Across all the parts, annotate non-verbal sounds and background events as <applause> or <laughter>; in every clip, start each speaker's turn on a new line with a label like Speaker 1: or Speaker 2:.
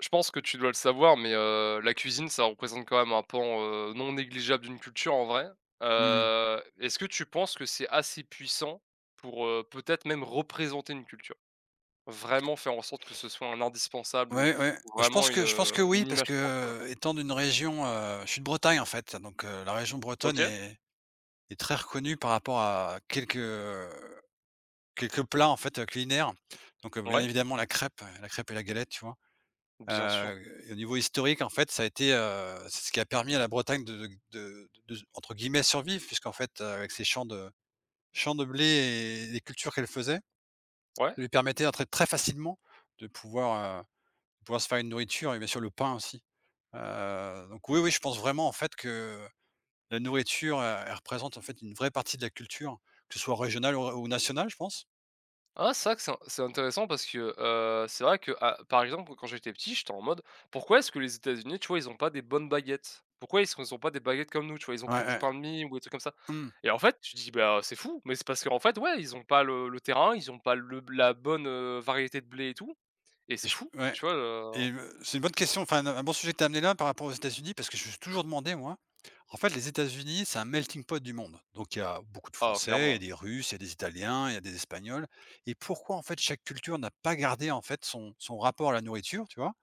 Speaker 1: Je pense que tu dois le savoir, mais la cuisine, ça représente quand même un pan, non négligeable d'une culture en vrai.
Speaker 2: Mmh.
Speaker 1: Est-ce que tu penses que c'est assez puissant pour, peut-être même représenter une culture? Vraiment faire en sorte que ce soit un indispensable ou
Speaker 2: Ouais, ouais. Bah, je pense
Speaker 1: vraiment une,
Speaker 2: que je pense
Speaker 1: heu,
Speaker 2: que oui,
Speaker 1: une
Speaker 2: parce
Speaker 1: image
Speaker 2: que,
Speaker 1: propre quoi?
Speaker 2: étant d'une région, je suis de Bretagne en fait, donc la région bretonne
Speaker 1: OK,
Speaker 2: est très reconnue par rapport à quelques plats en fait, culinaires. Donc bien
Speaker 1: ouais,
Speaker 2: évidemment la crêpe, et la galette, tu vois?
Speaker 1: bien sûr,
Speaker 2: Et au niveau historique en fait, ça a été, c'est ce qui a permis à la Bretagne de s entre guillemets «survivre» puisqu'en fait, avec ses champs de blé et les cultures qu'elle faisait,
Speaker 1: ouais.
Speaker 2: ça lui permettait en très très facilement de pouvoir, de pouvoir se faire une nourriture et bien sûr le pain aussi. Donc oui, oui, je pense vraiment en fait que la nourriture, elle représente en fait une vraie partie de la culture, que ce soit régionale ou nationale, je pense.
Speaker 1: Ah, c'est vrai que c'est intéressant parce que, c'est vrai que, ah, par exemple, quand j'étais petit, j'étais en mode: «Pourquoi est-ce que les États-Unis, tu vois, ils ont pas des bonnes baguettes? Pourquoi ils ont pas des baguettes comme nous?» tu vois? «Ils ont que
Speaker 2: Ouais,
Speaker 1: du
Speaker 2: ouais.
Speaker 1: pain de mie» ou des trucs comme ça
Speaker 2: Mmh.
Speaker 1: et en fait, tu dis: «Bah, c'est fou», mais c'est parce qu'en fait, ouais, ils ont pas le terrain, ils ont pas le la bonne, variété de blé et tout et c'est
Speaker 2: Je
Speaker 1: fou,
Speaker 2: Ouais,
Speaker 1: tu vois,
Speaker 2: et
Speaker 1: heu?
Speaker 2: c'est une bonne question, enfin, un bon sujet que tu as amené là par rapport aux États-Unis, parce que je me suis toujours demandé, moi, en fait, les États-Unis, c'est un melting pot du monde. Donc il y a beaucoup de
Speaker 1: Ah,
Speaker 2: Français,
Speaker 1: clairement,
Speaker 2: il y a
Speaker 1: hein.
Speaker 2: des Russes, il y a des Italiens, il y a des Espagnols, et pourquoi en fait chaque culture n'a pas gardé en fait son rapport à la nourriture, tu vois?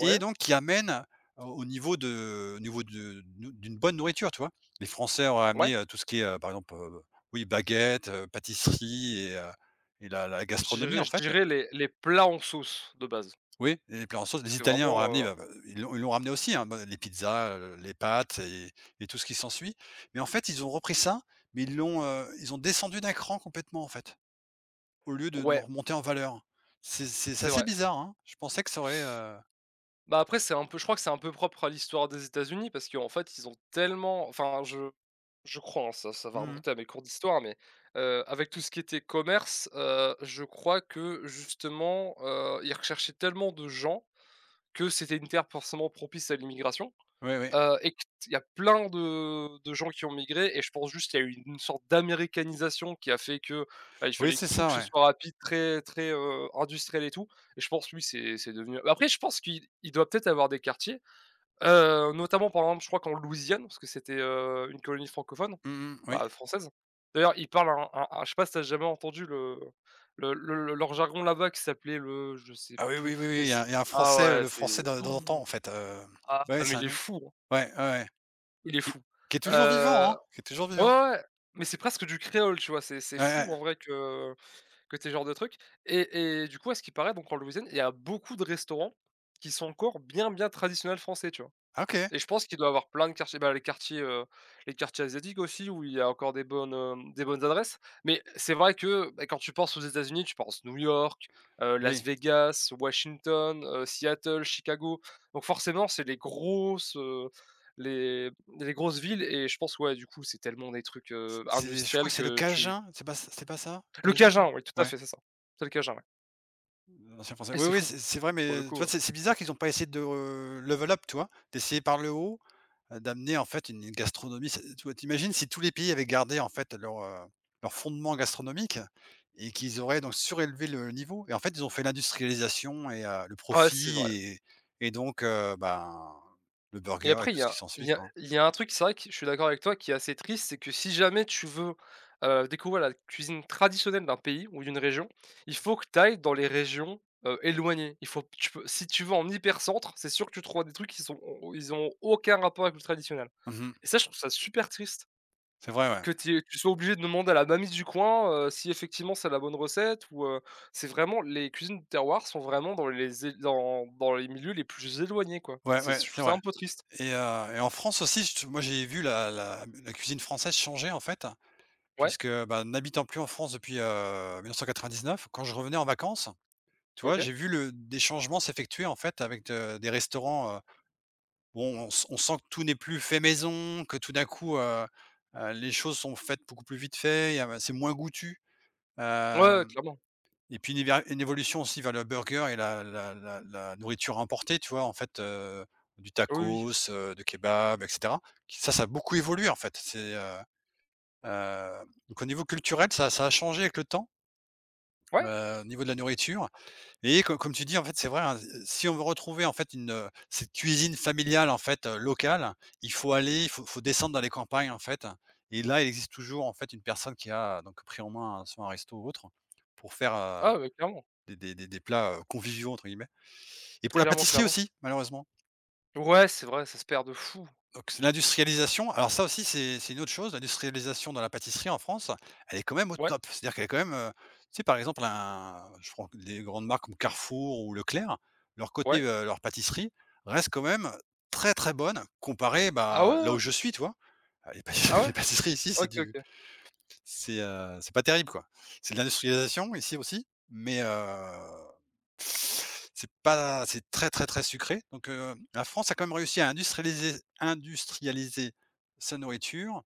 Speaker 2: Et donc qui amène au niveau de nou d'une bonne nourriture, tu vois? Les Français auraient
Speaker 1: ouais,
Speaker 2: amené, tout ce qui est, par exemple, oui baguettes, pâtisseries, et la gastronomie en
Speaker 1: je
Speaker 2: fait.
Speaker 1: dirais les plats en sauce de base
Speaker 2: Oui, et les plats en sauce.
Speaker 1: parce
Speaker 2: Les
Speaker 1: que
Speaker 2: Italiens auraient amené,
Speaker 1: vraiment,
Speaker 2: bah, ils l'ont ramené aussi, hein, bah, les pizzas, les pâtes, et tout ce qui s'ensuit. Mais en fait, ils ont repris ça, mais ils ont descendu d'un cran complètement en fait, au lieu de
Speaker 1: ouais,
Speaker 2: remonter en valeur. C'est
Speaker 1: c'est
Speaker 2: assez
Speaker 1: vrai.
Speaker 2: bizarre, hein? Je pensais que ça aurait. heu,
Speaker 1: Bah, après, c'est un peu je crois que c'est un peu propre à l'histoire des États-Unis parce qu'en fait, ils ont tellement enfin, je crois, hein, ça va
Speaker 2: mmh
Speaker 1: remonter à mes cours d'histoire, mais avec tout ce qui était commerce, je crois que justement, ils recherchaient tellement de gens que c'était une terre forcément propice à l'immigration.
Speaker 2: Oui, oui.
Speaker 1: Et que il y a plein de gens qui ont migré et je pense juste qu'il y a eu une sorte d'américanisation qui a fait que, bah, il
Speaker 2: Oui,
Speaker 1: fallait
Speaker 2: c'est
Speaker 1: tout que
Speaker 2: ça,
Speaker 1: ce
Speaker 2: ouais.
Speaker 1: soit rapide, très très, industriel et tout et je pense oui, c'est devenu bah, après je pense qu'il doit peut-être avoir des quartiers, notamment par exemple, je crois qu'en Louisiane, parce que c'était, une colonie francophone,
Speaker 2: Mmh mh, oui.
Speaker 1: bah, française. D'ailleurs, ils parlent un je sais pas si t'as jamais entendu le leur jargon là-bas qui s'appelait le, je sais
Speaker 2: Ah oui,
Speaker 1: plus,
Speaker 2: oui, oui, oui,
Speaker 1: mais c'est
Speaker 2: il y a un
Speaker 1: ah
Speaker 2: Français,
Speaker 1: ouais,
Speaker 2: le Français
Speaker 1: c'est
Speaker 2: d'antan, en
Speaker 1: oh,
Speaker 2: fait,
Speaker 1: ah
Speaker 2: ouais, c'est
Speaker 1: mais
Speaker 2: un
Speaker 1: il est
Speaker 2: nom.
Speaker 1: fou, hein.
Speaker 2: Ouais, ouais, ouais,
Speaker 1: Il est
Speaker 2: qui
Speaker 1: fou.
Speaker 2: qui est toujours vivant,
Speaker 1: Heu,
Speaker 2: hein, qui est toujours
Speaker 1: ouais,
Speaker 2: vivant.
Speaker 1: ouais, ouais, mais c'est presque du créole, tu vois? C'est
Speaker 2: Ouais,
Speaker 1: fou
Speaker 2: ouais.
Speaker 1: en vrai que tu ce genre de truc et du coup, à ce qui paraît donc en Louisiane, il y a beaucoup de restaurants qui sont encore bien, bien traditionnels français, tu vois?
Speaker 2: Ah, OK,
Speaker 1: Et je pense qu'il doit avoir plein de quartiers, bah, les quartiers asiatiques aussi où il y a encore des bonnes adresses. Mais c'est vrai que, bah, quand tu penses aux États-Unis, tu penses New York, Las
Speaker 2: oui,
Speaker 1: Vegas, Washington, Seattle, Chicago. Donc forcément, c'est les les grosses villes et je pense, ouais, du coup, c'est tellement des trucs,
Speaker 2: c'est je crois
Speaker 1: industriels
Speaker 2: que c'est le
Speaker 1: que tu.
Speaker 2: Cajun, c'est pas ça?
Speaker 1: Le
Speaker 2: Cajun?
Speaker 1: Cajun, oui, tout à
Speaker 2: Ouais,
Speaker 1: fait, c'est ça. C'est le Cajun, ouais.
Speaker 2: l'ancien Français.
Speaker 1: Et
Speaker 2: Oui,
Speaker 1: c'est
Speaker 2: oui,
Speaker 1: fou,
Speaker 2: c'est vrai,
Speaker 1: pour le
Speaker 2: mais tu
Speaker 1: coup,
Speaker 2: vois,
Speaker 1: heu.
Speaker 2: c'est bizarre qu'ils ont pas essayé de, level up, tu vois? D'essayer par le haut. D'amener en fait une gastronomie, c'est, tu vois, tu si tous les pays avaient gardé en fait leur fondement gastronomique, et qu'ils auraient donc surélevé le niveau, et en fait ils ont fait l'industrialisation et le
Speaker 1: Ouais, c'est
Speaker 2: profit
Speaker 1: vrai.
Speaker 2: et donc ben, le
Speaker 1: Et
Speaker 2: burger et
Speaker 1: après, il
Speaker 2: tout
Speaker 1: y
Speaker 2: ce qui
Speaker 1: a
Speaker 2: s'ensuit, quoi, hein.
Speaker 1: il y a un truc, c'est vrai que je suis d'accord avec toi, qui est assez triste, c'est que si jamais tu veux, découvrir la cuisine traditionnelle d'un pays ou d'une région, il faut que tu ailles dans les régions, éloignées. Il faut tu peux si tu vas en hypercentre, c'est sûr que tu trouveras des trucs qui sont, ils ont aucun rapport avec le traditionnel.
Speaker 2: Mmh.
Speaker 1: Et ça, je trouve ça super triste
Speaker 2: C'est vrai, ouais.
Speaker 1: que tu sois obligé de demander à la mamie du coin, si effectivement c'est la bonne recette ou, c'est vraiment les cuisines de terroir sont vraiment dans les milieux les plus éloignés, quoi.
Speaker 2: Ouais,
Speaker 1: C'est
Speaker 2: ouais,
Speaker 1: je
Speaker 2: c'est
Speaker 1: trouve ça
Speaker 2: vrai,
Speaker 1: un peu triste.
Speaker 2: et en France aussi, je moi j'ai vu la cuisine française changer en fait,
Speaker 1: Ouais,
Speaker 2: puisque, bah, n'habitant plus en France depuis, 1999, quand je revenais en vacances. Tu vois,
Speaker 1: OK.
Speaker 2: j'ai vu le des changements s'effectuer, en fait, avec de des restaurants, où on sent que tout n'est plus fait maison, que tout d'un coup, les choses sont faites beaucoup plus vite fait, y a c'est moins goûtu.
Speaker 1: Ouais, ouais,
Speaker 2: Hem
Speaker 1: clairement.
Speaker 2: Et puis une éver une évolution aussi vers le burger et la nourriture importée. Tu vois? En fait, du
Speaker 1: Oui, oui, oui.
Speaker 2: tacos, du kebab, et cetera. Ça a beaucoup évolué, en fait. C'est, donc au niveau culturel, ça a changé avec le temps,
Speaker 1: Ouais,
Speaker 2: au niveau de la nourriture. Et co comme tu dis, en fait, c'est vrai, hein, si on veut retrouver, en fait, cette cuisine familiale, en fait, locale, il faut aller, il faut descendre dans les campagnes, en fait, et là, il existe toujours, en fait, une personne qui a, donc, pris en main, soit un resto ou autre, pour faire,
Speaker 1: ah, bah, clairement.
Speaker 2: des plats, «conviviaux» entre guillemets, et pour la
Speaker 1: Clairement,
Speaker 2: pâtisserie
Speaker 1: clairement.
Speaker 2: aussi, malheureusement.
Speaker 1: Ouais, c'est vrai, ça se perd de fou.
Speaker 2: Donc l'industrialisation, alors ça aussi c'est une autre chose, l'industrialisation dans la pâtisserie en France, elle est quand même au
Speaker 1: Ouais,
Speaker 2: top. C'est-à-dire qu'elle est quand même, tu sais par exemple, un je prends des grandes marques comme Carrefour ou Leclerc, leur côté,
Speaker 1: ouais.
Speaker 2: leur pâtisserie reste quand même très, très bonne, comparée,
Speaker 1: Ah
Speaker 2: bah,
Speaker 1: ouais,
Speaker 2: là
Speaker 1: ouais?
Speaker 2: où je suis, tu vois? Les
Speaker 1: Ah
Speaker 2: pâtisseries <laughs>
Speaker 1: ouais?
Speaker 2: les pâtisseries ici, c'est
Speaker 1: OK,
Speaker 2: du
Speaker 1: OK.
Speaker 2: c'est, heu, c'est pas terrible, quoi. C'est de l'industrialisation ici aussi, mais c'est pas c'est très, très, très sucré. Donc la France a quand même réussi à industrialiser sa nourriture,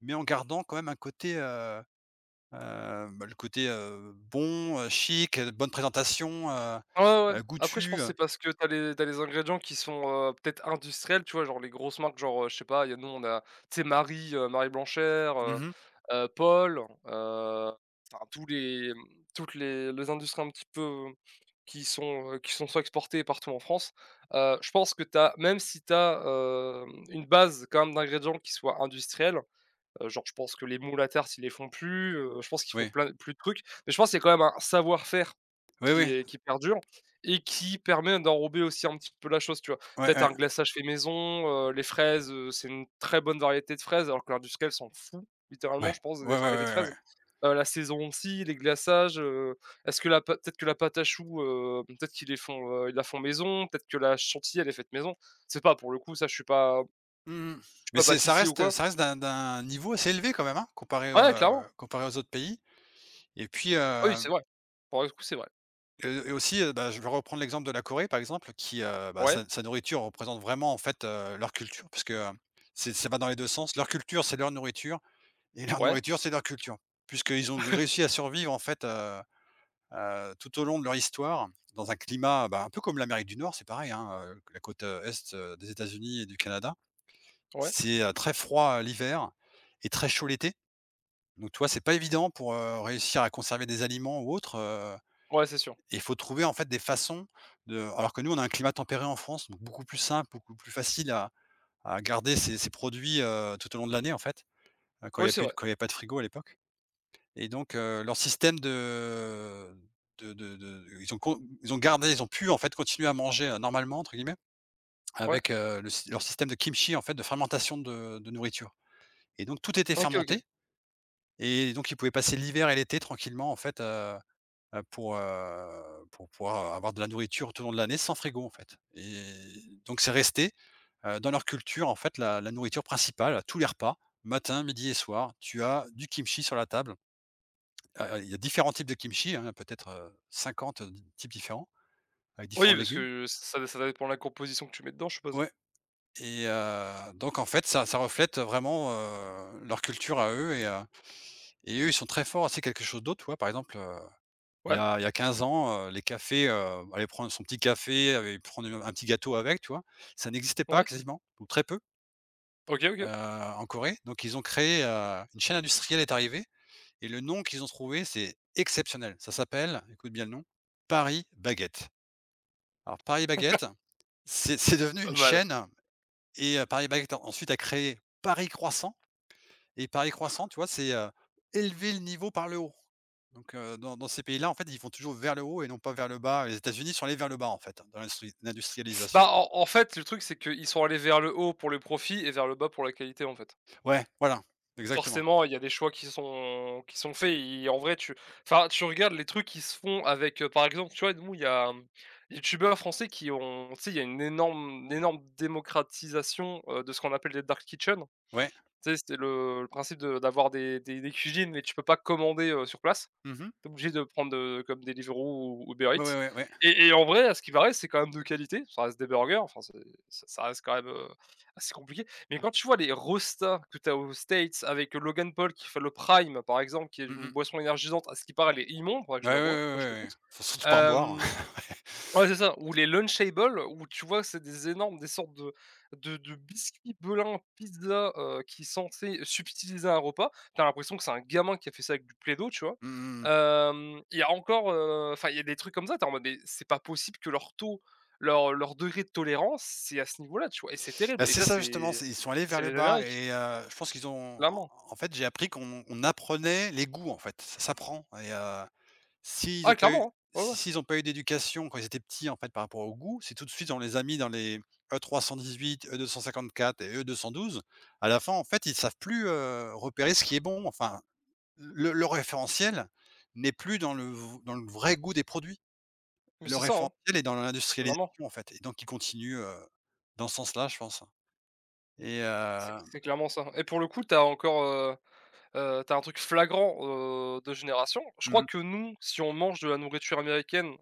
Speaker 2: mais en gardant quand même un côté, bah, le côté, bon, chic, bonne présentation,
Speaker 1: Ouais, ouais, ouais. Après, je pense
Speaker 2: goûtu.
Speaker 1: que c'est parce que t'as les ingrédients qui sont, peut-être industriels, tu vois? Genre les grosses marques, genre, je sais pas, il y a nous, on a, tu sais, Marie Blanchère,
Speaker 2: Mmh mh.
Speaker 1: Paul, enfin tous toutes les industries un petit peu qui sont soit exportées partout en France. Je pense que t'as même si t'as as, une base quand même d'ingrédients qui soit industrielle. Genre je pense que les moules à terre ils les font plus, je pense qu'ils font
Speaker 2: Oui.
Speaker 1: plein plus de trucs. Mais je pense que c'est quand même un savoir-faire
Speaker 2: Oui, oui.
Speaker 1: qui perdure et qui permet d'enrober aussi un petit peu la chose, tu vois?
Speaker 2: Ouais,
Speaker 1: Peut-être
Speaker 2: ouais.
Speaker 1: un glaçage fait maison, les fraises, c'est une très bonne variété de fraises alors que l'industriel s'en fout littéralement
Speaker 2: Ouais.
Speaker 1: je pense
Speaker 2: Ouais,
Speaker 1: des
Speaker 2: ouais, ouais,
Speaker 1: variétés de
Speaker 2: ouais,
Speaker 1: fraises.
Speaker 2: ouais.
Speaker 1: La saison aussi, les glaçages, est-ce que la pâ peut-être que la pâte à choux, peut-être qu'ils les font, ils la font maison, peut-être que la chantilly elle est faite maison. C'est pas pour le coup ça je suis pas
Speaker 2: Mmh Mais c'est ça
Speaker 1: pâtissier ou
Speaker 2: reste
Speaker 1: quoi.
Speaker 2: ça reste d'un niveau assez élevé quand même, hein, comparé,
Speaker 1: Ouais,
Speaker 2: heu,
Speaker 1: clairement.
Speaker 2: comparé aux autres pays, et puis,
Speaker 1: Ah oui, c'est vrai. Pour le coup, c'est vrai.
Speaker 2: et aussi, bah, je vais reprendre l'exemple de la Corée, par exemple, qui, bah,
Speaker 1: Ouais,
Speaker 2: sa nourriture représente vraiment, en fait, leur culture, puisque, c'est ça va dans les 2 sens. Leur culture, c'est leur nourriture, et leur
Speaker 1: ouais,
Speaker 2: nourriture, c'est leur culture. Puisqu'ils ont réussi à survivre, en fait, tout au long de leur histoire, dans un climat, bah, un peu comme l'Amérique du Nord, c'est pareil, hein, la côte, est, des États-Unis et du Canada.
Speaker 1: ouais,
Speaker 2: C'est, très froid, l'hiver, et très chaud l'été. Donc tu vois, c'est pas évident pour, réussir à conserver des aliments ou autre,
Speaker 1: ouais, c'est sûr.
Speaker 2: et il faut trouver en fait des façons de, alors que nous, on a un climat tempéré en France, donc beaucoup plus simple, beaucoup plus facile à garder ces produits, tout au long de l'année en fait,
Speaker 1: Oui, c'est vrai.
Speaker 2: quand il y avait pas de frigo à l'époque, et donc leur système de ils ont gardé, ils ont pu en fait continuer à manger, «normalement» entre guillemets,
Speaker 1: Ouais.
Speaker 2: avec, le sy leur système de kimchi, en fait, de fermentation de nourriture, et donc tout était
Speaker 1: OK, OK.
Speaker 2: fermenté. Et donc ils pouvaient passer l'hiver et l'été tranquillement en fait, pour pouvoir avoir de la nourriture tout au long de l'année sans frigo en fait. Et donc c'est resté, dans leur culture, en fait, la nourriture principale à tous les repas, matin, midi et soir, tu as du kimchi sur la table. Il y a différents types de kimchi, hein, peut-être, 50 types différents avec
Speaker 1: Oui,
Speaker 2: différents
Speaker 1: parce
Speaker 2: légumes.
Speaker 1: que ça dépend de la composition que tu mets dedans, je suppose.
Speaker 2: Ouais, et donc en fait ça reflète vraiment, leur culture à eux, et eux, ils sont très forts, c'est quelque chose d'autre, tu vois? Par exemple,
Speaker 1: Ouais,
Speaker 2: il y a 15 ans, les cafés, aller prendre son petit café, aller prendre un petit gâteau avec, tu vois? Ça n'existait pas
Speaker 1: ouais.
Speaker 2: quasiment, ou très peu,
Speaker 1: OK, OK.
Speaker 2: en Corée. Donc ils ont créé, une chaîne industrielle est arrivée, et le nom qu'ils ont trouvé, c'est exceptionnel. Ça s'appelle, écoute bien le nom, Paris Baguette. Alors Paris Baguette, c'est devenu
Speaker 1: Pas
Speaker 2: une
Speaker 1: mal.
Speaker 2: chaîne, et Paris Baguette ensuite a créé Paris Croissant. Et Paris Croissant, tu vois, c'est, élever le niveau par le haut. Donc, dans ces pays-là, en fait, ils vont toujours vers le haut et non pas vers le bas. Les États-Unis sont allés vers le bas, en fait, hein, dans l'industrialisation.
Speaker 1: Bah, en fait, le truc, c'est qu'ils sont allés vers le haut pour le profit et vers le bas pour la qualité, en fait.
Speaker 2: Ouais, voilà, exactement.
Speaker 1: Forcément, il y a des choix qui sont faits et en vrai, tu enfin, tu regardes les trucs qui se font avec, par exemple, tu vois, nous, il y a, mmh, youtubeurs français qui ont tu sais, il y a une énorme démocratisation, de ce qu'on appelle les dark kitchen.
Speaker 2: Ouais.
Speaker 1: Tu sais, c'était le principe de d'avoir des cuisines, mais tu peux pas commander, sur place.
Speaker 2: Mmh.
Speaker 1: T'es obligé de prendre, comme Deliveroo ou Uber
Speaker 2: Ouais,
Speaker 1: Eats
Speaker 2: ouais, ouais, ouais.
Speaker 1: et en vrai, à ce qui paraît, c'est quand même de qualité. Ça reste des burgers, enfin c'est ça ça reste quand même, assez compliqué. Mais quand tu vois les rostas que tu as aux States avec Logan Paul qui fait le Prime, par exemple, qui est
Speaker 2: Mmh
Speaker 1: une
Speaker 2: mh.
Speaker 1: boisson énergisante, à ce qui paraît, elle est immonde, faudrait que
Speaker 2: Ouais,
Speaker 1: je la
Speaker 2: ouais,
Speaker 1: bois,
Speaker 2: ouais, ouais,
Speaker 1: faut que je l'écoute.
Speaker 2: ouais. Faut surtout pas en boire. <laughs> Ouais.
Speaker 1: Ouais, c'est ça, ou les Lunchables, où tu vois, c'est des sortes de biscuits, belins, pizzas, qui sont censés subtiliser un repas. T'as l'impression que c'est un gamin qui a fait ça avec du plaido tu vois?
Speaker 2: Mmh mh, mmh.
Speaker 1: Il y a encore, enfin, il y a des trucs comme ça, tu en mode: «Mais c'est pas possible que leur taux leur leur degré de tolérance, c'est à ce niveau-là», tu vois? Et c'est
Speaker 2: Bah,
Speaker 1: terrible et
Speaker 2: c'est
Speaker 1: ça,
Speaker 2: ça justement, c'est, ils sont allés
Speaker 1: c'est
Speaker 2: vers
Speaker 1: les
Speaker 2: le bas,
Speaker 1: Amériques,
Speaker 2: et je pense qu'ils ont,
Speaker 1: clairement.
Speaker 2: en fait, j'ai appris qu'on on apprenait les goûts, en fait, ça s'apprend, et
Speaker 1: Ah clairement, hein. Ouais, ouais,
Speaker 2: s'ils ont pas eu d'éducation quand ils étaient petits, en fait, par rapport au goût, c'est tout de suite, on les a mis dans les E318, E254 et E212. À la fin, en fait, ils savent plus, repérer ce qui est bon. Enfin, le référentiel n'est plus dans le v dans le vrai goût des produits.
Speaker 1: mais
Speaker 2: Le
Speaker 1: c'est ça, hein,
Speaker 2: référentiel est dans l'industrialisation,
Speaker 1: clairement.
Speaker 2: en fait, et donc ils continuent, dans ce sens-là, je pense, et
Speaker 1: C'est clairement ça et pour le coup, t'as encore, tu un truc flagrant, de génération. Je crois
Speaker 2: mmh.
Speaker 1: que nous, si on mange de la nourriture américaine,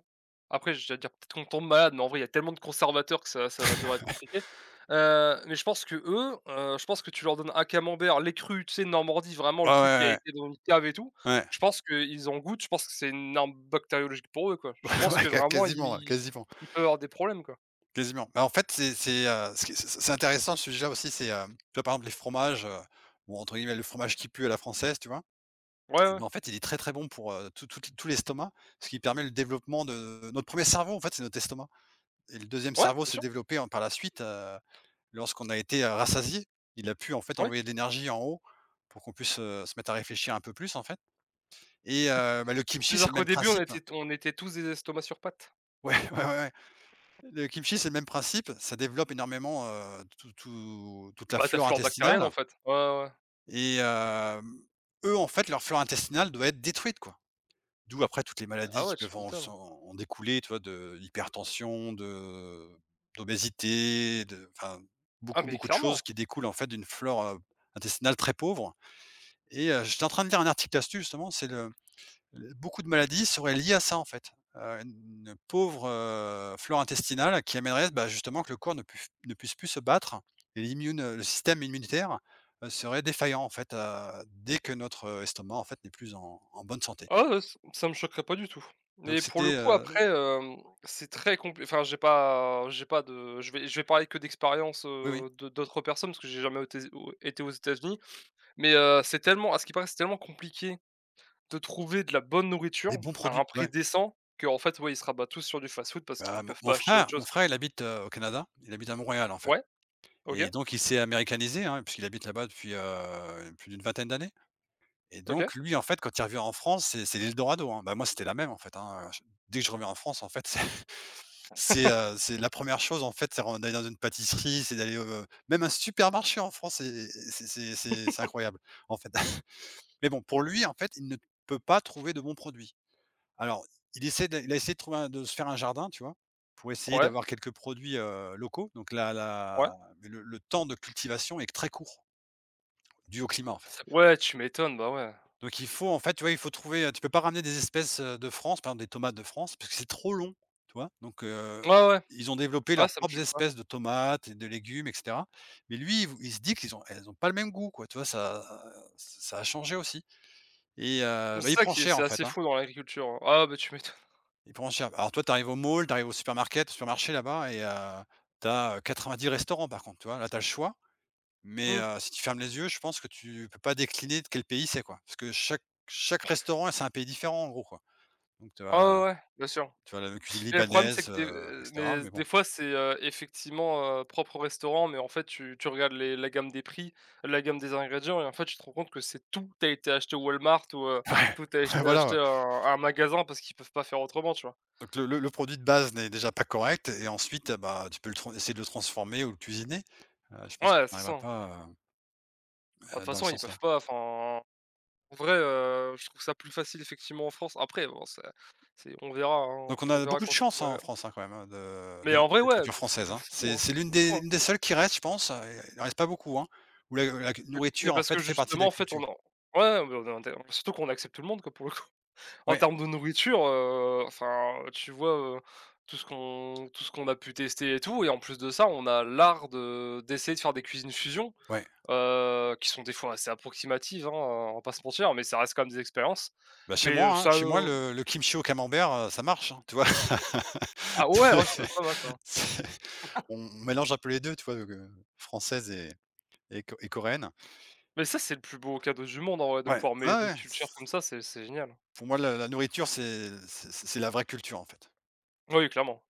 Speaker 1: après j'allais dire peut-être qu'on tombe malade, mais en vrai il y a tellement de conservateurs que ça va devoir être compliqué. Mais je pense qu'eux, je pense que tu leur donnes un camembert, les cru, tu sais, Normandie, vraiment
Speaker 2: Ouais,
Speaker 1: le truc qui a
Speaker 2: ouais,
Speaker 1: été dans une cave et tout,
Speaker 2: ouais, ouais.
Speaker 1: je pense qu'ils en goûtent, je pense que c'est une arme bactériologique pour eux, quoi. Je
Speaker 2: <laughs>
Speaker 1: pense que
Speaker 2: Ouais,
Speaker 1: vraiment
Speaker 2: quasiment, ouais, quasiment.
Speaker 1: ils peuvent avoir des problèmes, quoi.
Speaker 2: Quasiment. Bah, en fait, c'est intéressant ce sujet-là aussi, c'est, tu vois, par exemple, les fromages, bon, entre guillemets, «le fromage qui pue à la française», tu vois?
Speaker 1: Ouais,
Speaker 2: Et
Speaker 1: ouais.
Speaker 2: ben, en fait, il est très, très bon pour, tout l'estomac, ce qui permet le développement de notre premier cerveau, en fait, c'est notre estomac et le deuxième
Speaker 1: Ouais,
Speaker 2: cerveau
Speaker 1: bien
Speaker 2: s'est
Speaker 1: sûr,
Speaker 2: développé en par la suite, lorsqu'on a été, rassasiés. Il a pu, en fait,
Speaker 1: ouais.
Speaker 2: envoyer de l'énergie en haut pour qu'on puisse, se mettre à réfléchir un peu plus, en fait et bah, le
Speaker 1: Tu
Speaker 2: kimchi,
Speaker 1: veux
Speaker 2: c'est
Speaker 1: dire
Speaker 2: le
Speaker 1: qu'au
Speaker 2: même
Speaker 1: début
Speaker 2: principe.
Speaker 1: on était tous des estomacs sur pattes.
Speaker 2: Ouais, <laughs> ouais, ouais, ouais. Le kimchi, c'est le même principe, ça développe énormément, toute la
Speaker 1: Bah, ta
Speaker 2: flore
Speaker 1: flore bactérienne en
Speaker 2: intestinale
Speaker 1: fait. Ouais, ouais, ouais.
Speaker 2: et eux, en fait, leur flore intestinale doit être détruite, quoi. D'où après toutes les maladies
Speaker 1: Ah
Speaker 2: qui
Speaker 1: ouais, tu
Speaker 2: peuvent en
Speaker 1: m'étonnes.
Speaker 2: s'en en découler, tu vois? De l'hypertension, de d'obésité, de enfin,
Speaker 1: Ah
Speaker 2: beaucoup,
Speaker 1: mais
Speaker 2: beaucoup de choses
Speaker 1: clairement.
Speaker 2: qui découlent, en fait, d'une flore, intestinale très pauvre et j'étais en train de lire un article là-dessus, justement, c'est le L beaucoup de maladies seraient liées à ça, en fait, une pauvre, flore intestinale qui amènerait, bah, justement que le corps ne puisse plus se battre et le système immunitaire, serait défaillant, en fait, dès que notre, estomac, en fait, n'est plus en bonne santé.
Speaker 1: Ah ouais, ç ça me choquerait pas du tout.
Speaker 2: Donc
Speaker 1: Mais pour le
Speaker 2: c'était,
Speaker 1: coup après, c'est très compliqué, enfin j'ai pas de je vais parler que d'expérience
Speaker 2: oui, oui,
Speaker 1: de d'autres personnes parce que j'ai jamais auté au été aux États-Unis. Mais, c'est tellement à ce qu'il paraît, c'est tellement compliqué de trouver de la bonne nourriture
Speaker 2: des bons
Speaker 1: à un
Speaker 2: produits,
Speaker 1: prix
Speaker 2: ouais.
Speaker 1: décent que en fait, ouais, ils se rabattent tous sur du fast-food parce
Speaker 2: Bah,
Speaker 1: qu'ils
Speaker 2: mon
Speaker 1: peuvent
Speaker 2: mon
Speaker 1: pas acheter autre
Speaker 2: frère mon
Speaker 1: chose, quoi.
Speaker 2: frère, il habite, au Canada, il habite à Montréal, en fait
Speaker 1: Ouais, OK,
Speaker 2: et donc il s'est américanisé, hein, puisqu'il habite là-bas depuis, plus d'une vingtaine d'années. Et
Speaker 1: OK.
Speaker 2: donc lui, en fait, quand il revient en France, c'est l'Eldorado, hein. Bah, moi, c'était la même, en fait, hein, dès que je reviens en France, en fait, <laughs>
Speaker 1: <laughs>
Speaker 2: c'est la première chose, en fait, c'est ren d'aller dans une pâtisserie, c'est d'aller, même un supermarché en France, c'est incroyable, en fait. <laughs> Mais bon, pour lui, en fait, il ne peut pas trouver de bons produits. Alors, il a essayé de trouver un de se faire un jardin, tu vois? Pour essayer
Speaker 1: Ouais,
Speaker 2: d'avoir quelques produits, locaux. Donc la
Speaker 1: ouais.
Speaker 2: la mais le temps de cultivation est très court, dû au climat, en fait.
Speaker 1: Ouais, tu m'étonnes, bah ouais.
Speaker 2: Donc il faut en fait, tu vois, il faut trouver, tu peux pas ramener des espèces, de France, par exemple des tomates de France, parce que c'est trop long, tu vois? Donc
Speaker 1: Ouais, ouais.
Speaker 2: ils ont développé
Speaker 1: Ah
Speaker 2: leurs
Speaker 1: ça me
Speaker 2: propres
Speaker 1: choque pas.
Speaker 2: espèces de tomates et de légumes et cetera. Mais lui, il se dit qu'ils ont elles ont pas le même goût quoi, tu vois? Ça ça a changé aussi et
Speaker 1: C'est
Speaker 2: bah, il
Speaker 1: ça
Speaker 2: prend
Speaker 1: qui est
Speaker 2: cher
Speaker 1: c'est
Speaker 2: en fait,
Speaker 1: assez
Speaker 2: hein.
Speaker 1: fou dans l'agriculture, hein. Ah bah, tu m'étonnes.
Speaker 2: Il prend cher. Alors toi, tu arrives au mall, tu arrives au supermarché là-bas et t'as tu as, 90 restaurants par contre, tu vois? Là, t'as le choix, mais
Speaker 1: Mmh.
Speaker 2: si tu fermes les yeux, je pense que tu peux pas décliner de quel pays c'est quoi, parce que chaque restaurant, c'est un pays différent en gros, quoi. Donc
Speaker 1: Ah ouais, ouais, bien sûr.
Speaker 2: tu vas à la cuisine
Speaker 1: Mais le problème c'est
Speaker 2: libanaise,
Speaker 1: que des
Speaker 2: et cetera,
Speaker 1: mais
Speaker 2: mais
Speaker 1: des
Speaker 2: bon.
Speaker 1: fois c'est, effectivement, propre au restaurant, mais en fait tu regardes les la gamme des prix, la gamme des ingrédients et en fait tu te rends compte que c'est tout a été acheté au Walmart ou,
Speaker 2: Ouais,
Speaker 1: tout a été
Speaker 2: <laughs> ouais, voilà,
Speaker 1: acheté
Speaker 2: ouais.
Speaker 1: à un magasin parce qu'ils peuvent pas faire autrement, tu vois?
Speaker 2: Donc le produit de base n'est déjà pas correct et ensuite, bah, tu peux le tran essayer de le transformer ou le cuisiner. Je pense que
Speaker 1: Ouais,
Speaker 2: ça
Speaker 1: c'est ça,
Speaker 2: n'arrivera
Speaker 1: hein.
Speaker 2: pas,
Speaker 1: Bah, de toute
Speaker 2: dans le
Speaker 1: façon ils peuvent
Speaker 2: sens-là.
Speaker 1: pas, enfin, en vrai, je trouve ça plus facile effectivement en France. Après bon c'est on verra, hein,
Speaker 2: Donc on
Speaker 1: on
Speaker 2: a
Speaker 1: verra
Speaker 2: beaucoup de
Speaker 1: quand je
Speaker 2: chance, hein,
Speaker 1: pourrai
Speaker 2: en
Speaker 1: hein.
Speaker 2: France, hein, quand même, hein, de
Speaker 1: Mais
Speaker 2: de
Speaker 1: en vrai
Speaker 2: la
Speaker 1: ouais,
Speaker 2: culture française,
Speaker 1: de
Speaker 2: hein.
Speaker 1: fou,
Speaker 2: C'est
Speaker 1: hein,
Speaker 2: c'est l'une
Speaker 1: de fou,
Speaker 2: des
Speaker 1: hein.
Speaker 2: l'une des seules qui reste, je pense, il en reste pas beaucoup, hein, où la
Speaker 1: Mais
Speaker 2: nourriture, en
Speaker 1: parce que
Speaker 2: fait, fait partie de
Speaker 1: justement,
Speaker 2: la
Speaker 1: en fait, on
Speaker 2: culture.
Speaker 1: en ouais, mais on est inté surtout qu'on accepte tout le monde, quoi, pour le coup. <laughs> En
Speaker 2: Ouais,
Speaker 1: termes de nourriture, enfin, tu vois, tout ce qu'on a pu tester et tout et en plus de ça, on a l'art de d'essayer de faire des cuisines fusion,
Speaker 2: ouais.
Speaker 1: qui sont des fois assez approximatives, hein, on va pas se mentir, mais ça reste quand même des expériences.
Speaker 2: Bah, chez
Speaker 1: Mais,
Speaker 2: moi, hein,
Speaker 1: ça
Speaker 2: chez moi,
Speaker 1: nous
Speaker 2: le kimchi au camembert, ça marche, hein, tu vois?
Speaker 1: ah ouais, ouais, ça doit être pas mal ça.
Speaker 2: <laughs> c'est On mélange un peu les 2, tu vois, française et co et coréenne.
Speaker 1: Mais ça, c'est le plus beau cadeau du monde en vrai, de
Speaker 2: Ouais.
Speaker 1: pouvoir
Speaker 2: Ouais,
Speaker 1: mêler 2
Speaker 2: ouais,
Speaker 1: cultures comme
Speaker 2: c
Speaker 1: ça, c'est génial.
Speaker 2: pour moi la nourriture c'est la vraie culture, en fait.
Speaker 1: Oui, clairement.